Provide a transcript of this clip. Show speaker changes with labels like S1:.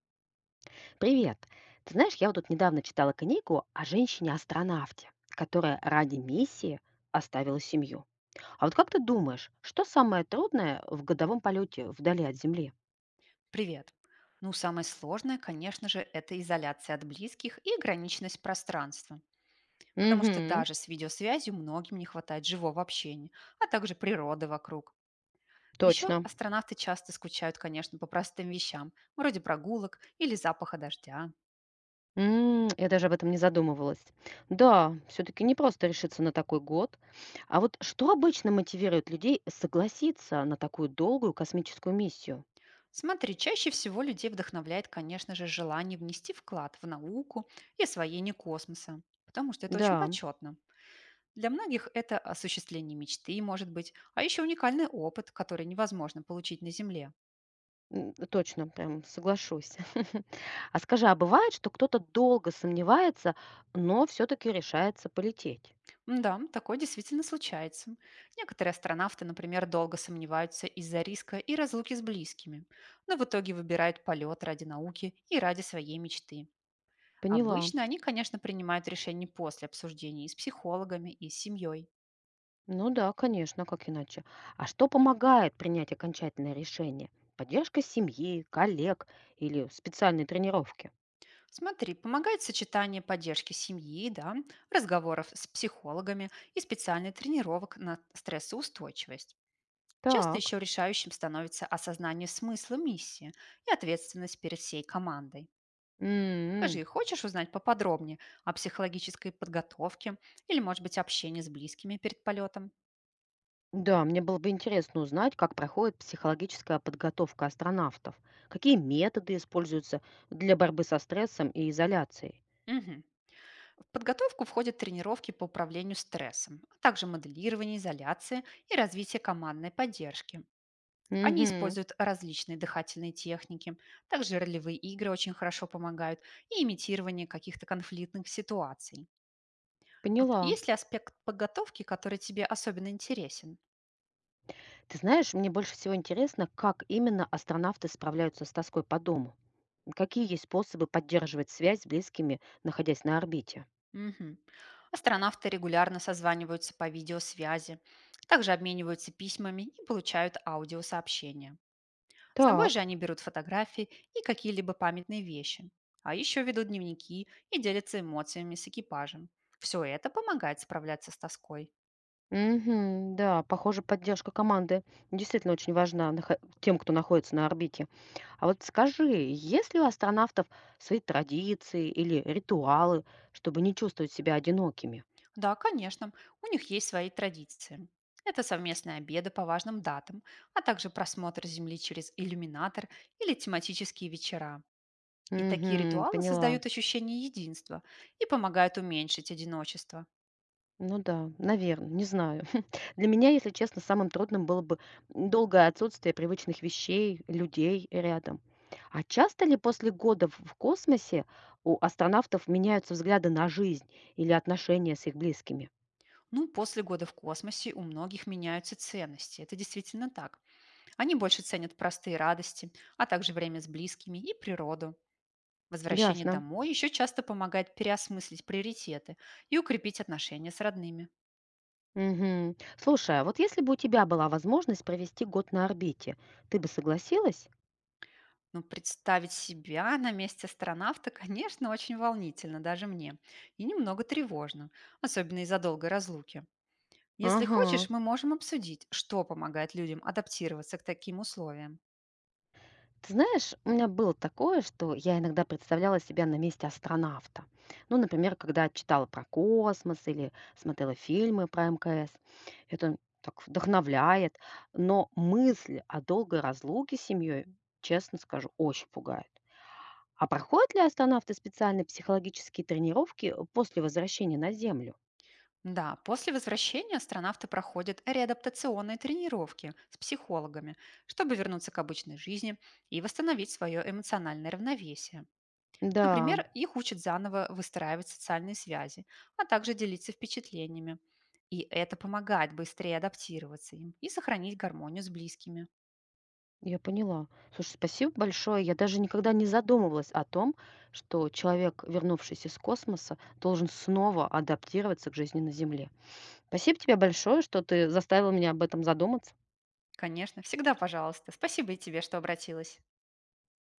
S1: Привет. Ты знаешь, я вот тут недавно читала книгу о женщине-астронавте, которая ради миссии оставила семью. А вот как ты думаешь, что самое трудное в годовом полете вдали от Земли?
S2: Привет. Ну, самое сложное, конечно же, это изоляция от близких и ограниченность пространства. Потому что
S1: Угу,
S2: даже с видеосвязью многим не хватает живого общения, а также природы вокруг. Еще
S1: точно.
S2: астронавты часто скучают, конечно, по простым вещам, вроде прогулок или запаха дождя.
S1: М, я даже об этом не задумывалась. Да, все-таки не просто решиться на такой год. А вот что обычно мотивирует людей согласиться на такую долгую космическую миссию?
S2: Смотри, чаще всего людей вдохновляет, конечно же, желание внести вклад в науку и освоение космоса, потому что это очень
S1: Да.
S2: почетно. Для многих это осуществление мечты, может быть, а еще уникальный опыт, который невозможно получить на Земле.
S1: М, точно, прям соглашусь. А скажи, а бывает, что кто-то долго сомневается, но все-таки решается полететь?
S2: Да, такое действительно случается. Некоторые астронавты, например, долго сомневаются из-за риска и разлуки с близкими, но в итоге выбирают полет ради науки и ради своей мечты.
S1: Поняла.
S2: Обычно они, конечно, принимают решение после обсуждений с психологами и с семьей.
S1: Ну да, конечно, как иначе. А что помогает принять окончательное решение? Поддержка семьи, коллег или специальные тренировки?
S2: Смотри, помогает сочетание поддержки семьи, да, разговоров с психологами и специальных тренировок на стрессоустойчивость. Часто
S1: Так.
S2: еще решающим становится осознание смысла миссии и ответственность перед всей командой.
S1: М,
S2: Скажи, хочешь узнать поподробнее о психологической подготовке или, может быть, общении с близкими перед полетом?
S1: да, мне было бы интересно узнать, как проходит психологическая подготовка астронавтов, какие методы используются для борьбы со стрессом и изоляцией.
S2: Мгм. В подготовку входят тренировки по управлению стрессом, а также моделирование изоляции и развитие командной поддержки. Они
S1: Угу,
S2: используют различные дыхательные техники, также ролевые игры очень хорошо помогают и имитирование каких-то конфликтных ситуаций. Вот
S1: поняла.
S2: есть ли аспект подготовки, который тебе особенно интересен?
S1: Ты знаешь, мне больше всего интересно, как именно астронавты справляются с тоской по дому. Какие есть способы поддерживать связь с близкими, находясь на орбите?
S2: Мгм. Астронавты регулярно созваниваются по видеосвязи, также обмениваются письмами и получают аудиосообщения. С собой же
S1: Так.
S2: они берут фотографии и какие-либо памятные вещи, а еще ведут дневники и делятся эмоциями с экипажем. Все это помогает справляться с тоской.
S1: Угу, да, похоже, поддержка команды действительно очень важна тем, кто находится на орбите. А вот скажи, есть ли у астронавтов свои традиции или ритуалы, чтобы не чувствовать себя одинокими?
S2: Да, конечно, у них есть свои традиции. Это совместные обеды по важным датам, а также просмотр Земли через иллюминатор или тематические вечера. И такие
S1: Угу,
S2: ритуалы
S1: поняла.
S2: создают ощущение единства и помогают уменьшить одиночество.
S1: Ну да, наверное, не знаю. Для меня, если честно, самым трудным было бы долгое отсутствие привычных вещей, людей рядом. А часто ли после года в космосе у астронавтов меняются взгляды на жизнь или отношения с их близкими?
S2: Ну, после года в космосе у многих меняются ценности. Это действительно так. Они больше ценят простые радости, а также время с близкими и природу. Возвращение
S1: Ясно.
S2: домой еще часто помогает переосмыслить приоритеты и укрепить отношения с родными.
S1: Мгм. Слушай, а вот если бы у тебя была возможность провести год на орбите, ты бы согласилась?
S2: Ну, представить себя на месте астронавта, конечно, очень волнительно даже мне. И немного тревожно, особенно из-за долгой разлуки. Если
S1: Ага.
S2: хочешь, мы можем обсудить, что помогает людям адаптироваться к таким условиям.
S1: Ты знаешь, у меня было такое, что я иногда представляла себя на месте астронавта. Ну, например, когда читала про космос или смотрела фильмы про МКС. Это так вдохновляет. Но мысль о долгой разлуке с семьей, честно скажу, очень пугает. А проходят ли астронавты специальные психологические тренировки после возвращения на Землю?
S2: Да, после возвращения астронавты проходят реадаптационные тренировки с психологами, чтобы вернуться к обычной жизни и восстановить свое эмоциональное равновесие.
S1: Да,
S2: Например, их учат заново выстраивать социальные связи, а также делиться впечатлениями. И это помогает быстрее адаптироваться им и сохранить гармонию с близкими.
S1: я поняла. Слушай, спасибо большое. Я даже никогда не задумывалась о том, что человек, вернувшийся из космоса, должен снова адаптироваться к жизни на Земле. Спасибо тебе большое, что ты заставил меня об этом задуматься.
S2: Конечно, всегда пожалуйста. Спасибо и тебе, что обратилась.